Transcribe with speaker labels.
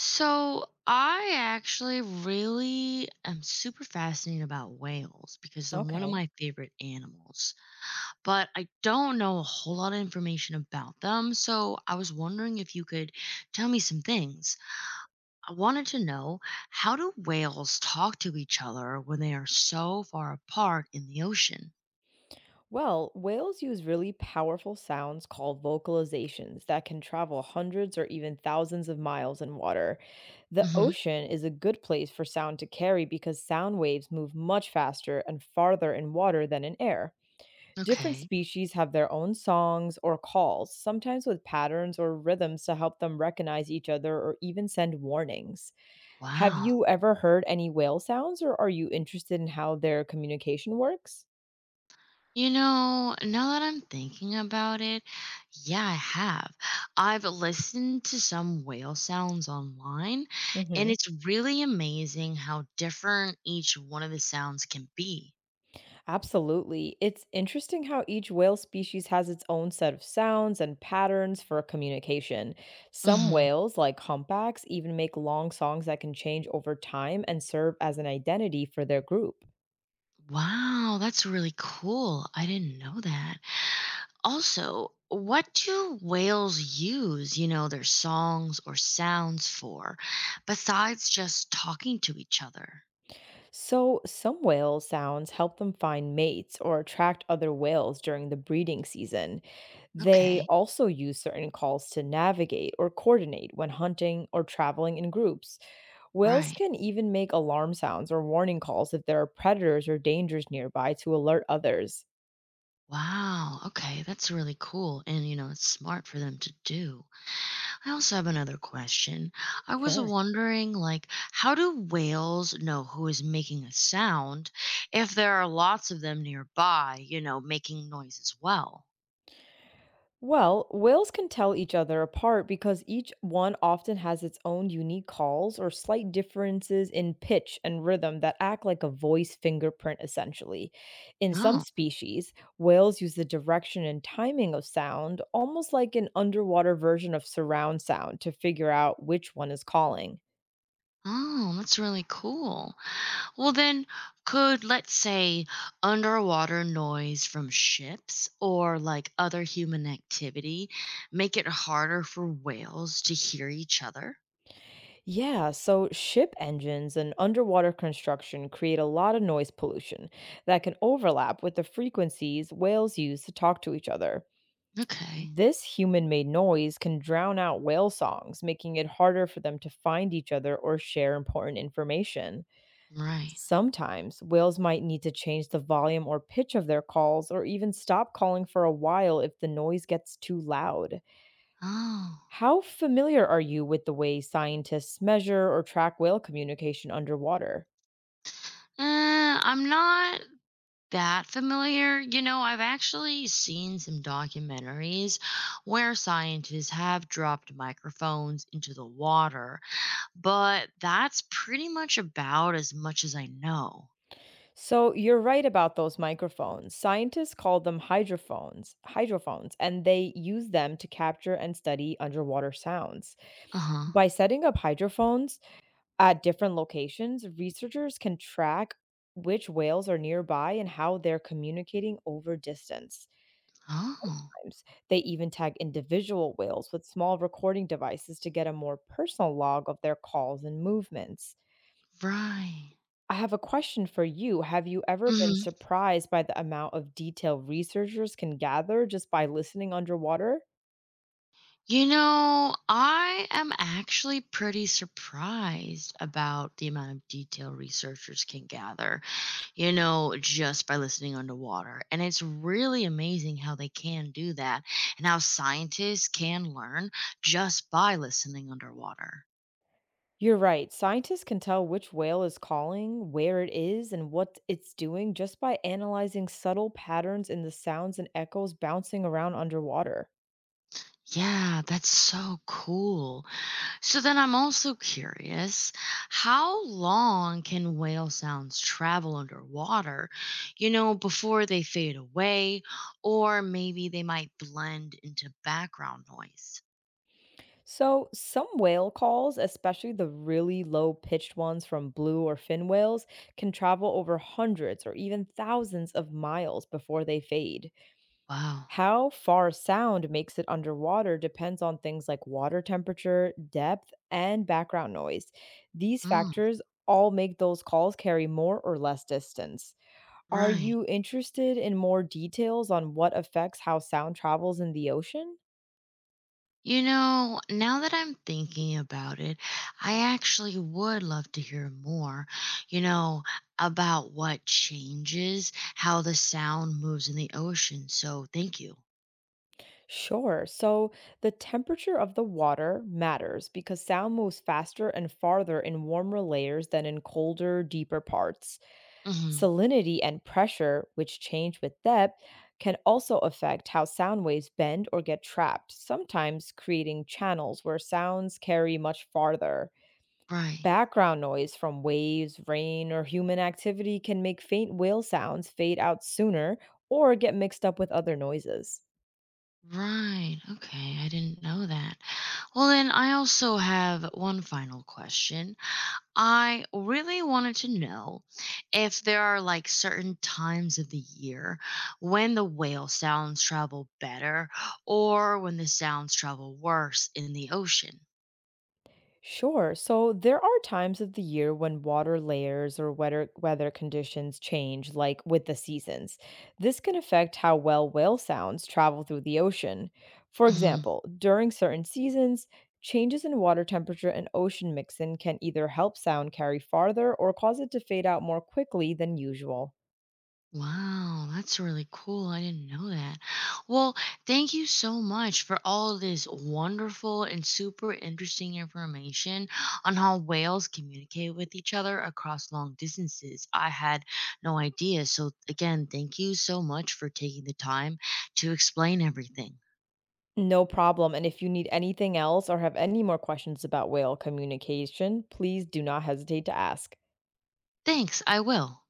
Speaker 1: So I actually really am super fascinated about whales because they're one of
Speaker 2: Okay.
Speaker 1: my favorite animals, but I don't know a whole lot of information about them. So I was wondering if you could tell me some things. I wanted to know how do whales talk to each other when they are so far apart in the ocean?
Speaker 2: Well, whales use really powerful sounds called vocalizations that can travel hundreds or even thousands of miles in water. The
Speaker 1: Hmm.
Speaker 2: ocean is a good place for sound to carry because sound waves move much faster and farther in water than in air. Different
Speaker 1: Okay.
Speaker 2: species have their own songs or calls, sometimes with patterns or rhythms to help them recognize each other or even send warnings. Have
Speaker 1: Wow.
Speaker 2: you ever heard any whale sounds or are you interested in how their communication works?
Speaker 1: Now that I'm thinking about it, yeah, I have. I've listened to some whale sounds online, and
Speaker 2: Mhm.
Speaker 1: it's really amazing how different each one of the sounds can be.
Speaker 2: Absolutely. It's interesting how each whale species has its own set of sounds and patterns for communication. Some
Speaker 1: Hmm.
Speaker 2: whales, like humpbacks, even make long songs that can change over time and serve as an identity for their group.
Speaker 1: Wow, that's really cool. I didn't know that. Also, what do whales use their songs or sounds for, besides just talking to each other?
Speaker 2: So, some whale sounds help them find mates or attract other whales during the breeding season. They
Speaker 1: Okay,
Speaker 2: also use certain calls to navigate or coordinate when hunting or traveling in groups. Whales
Speaker 1: right.
Speaker 2: can even make alarm sounds or warning calls if there are predators or dangers nearby to alert others.
Speaker 1: Wow. Okay. That's really cool. And it's smart for them to do. I also have another question. I was
Speaker 2: Sure.
Speaker 1: wondering, like, how do whales know who is making a sound if there are lots of them nearby making noise as well?
Speaker 2: Well, whales can tell each other apart because each one often has its own unique calls or slight differences in pitch and rhythm that act like a voice fingerprint, essentially. In some
Speaker 1: Oh,
Speaker 2: species, whales use the direction and timing of sound, almost like an underwater version of surround sound, to figure out which one is calling.
Speaker 1: oh, that's really cool. Well, then, could, let's say, underwater noise from ships or like other human activity make it harder for whales to hear each other?
Speaker 2: Yeah, so ship engines and underwater construction create a lot of noise pollution that can overlap with the frequencies whales use to talk to each other.
Speaker 1: Okay.
Speaker 2: This human made noise can drown out whale songs, making it harder for them to find each other or share important information.
Speaker 1: Right.
Speaker 2: Sometimes whales might need to change the volume or pitch of their calls or even stop calling for a while if the noise gets too loud.
Speaker 1: Oh.
Speaker 2: How familiar are you with the way scientists measure or track whale communication underwater?
Speaker 1: I'm not that familiar. I've actually seen some documentaries where scientists have dropped microphones into the water, but that's pretty much about as much as I know.
Speaker 2: So, you're right about those microphones. Scientists call them hydrophones, and they use them to capture and study underwater sounds.
Speaker 1: Uh huh.
Speaker 2: By setting up hydrophones at different locations, researchers can track which whales are nearby and how they're communicating over distance.
Speaker 1: Oh,
Speaker 2: Sometimes they even tag individual whales with small recording devices to get a more personal log of their calls and movements.
Speaker 1: right.
Speaker 2: I have a question for you. Have you ever been
Speaker 1: Mhm.
Speaker 2: surprised by the amount of detail researchers can gather just by listening underwater?
Speaker 1: I am actually pretty surprised about the amount of detail researchers can gather just by listening underwater. And it's really amazing how they can do that and how scientists can learn just by listening underwater.
Speaker 2: You're right. Scientists can tell which whale is calling, where it is, and what it's doing just by analyzing subtle patterns in the sounds and echoes bouncing around underwater.
Speaker 1: Yeah, that's so cool. So then I'm also curious how long can whale sounds travel underwater before they fade away, or maybe they might blend into background noise?
Speaker 2: So, some whale calls, especially the really low pitched ones from blue or fin whales, can travel over hundreds or even thousands of miles before they fade.
Speaker 1: Wow.
Speaker 2: How far sound makes it underwater depends on things like water temperature, depth, and background noise. These
Speaker 1: Mm,
Speaker 2: factors all make those calls carry more or less distance. Are
Speaker 1: right.
Speaker 2: you interested in more details on what affects how sound travels in the ocean?
Speaker 1: Now that I'm thinking about it, I actually would love to hear more, you know, about what changes how the sound moves in the ocean. So thank you.
Speaker 2: Sure. So the temperature of the water matters because sound moves faster and farther in warmer layers than in colder, deeper parts.
Speaker 1: Hmm.
Speaker 2: Salinity and pressure, which change with depth, can also affect how sound waves bend or get trapped, sometimes creating channels where sounds carry much farther.
Speaker 1: Right.
Speaker 2: Background noise from waves, rain, or human activity can make faint whale sounds fade out sooner or get mixed up with other noises.
Speaker 1: Right. Okay. I didn't know that. Well, then I also have one final question. I really wanted to know if there are like certain times of the year when the whale sounds travel better or when the sounds travel worse in the ocean.
Speaker 2: Sure. So there are times of the year when water layers or weather conditions change, like with the seasons. This can affect how well whale sounds travel through the ocean. For
Speaker 1: Mhm.
Speaker 2: example, during certain seasons, changes in water temperature and ocean mixin can either help sound carry farther or cause it to fade out more quickly than usual.
Speaker 1: Wow, that's really cool. I didn't know that. Well, thank you so much for all of this wonderful and super interesting information on how whales communicate with each other across long distances. I had no idea. So, again, thank you so much for taking the time to explain everything.
Speaker 2: No problem. And if you need anything else or have any more questions about whale communication, please do not hesitate to ask.
Speaker 1: Thanks, I will.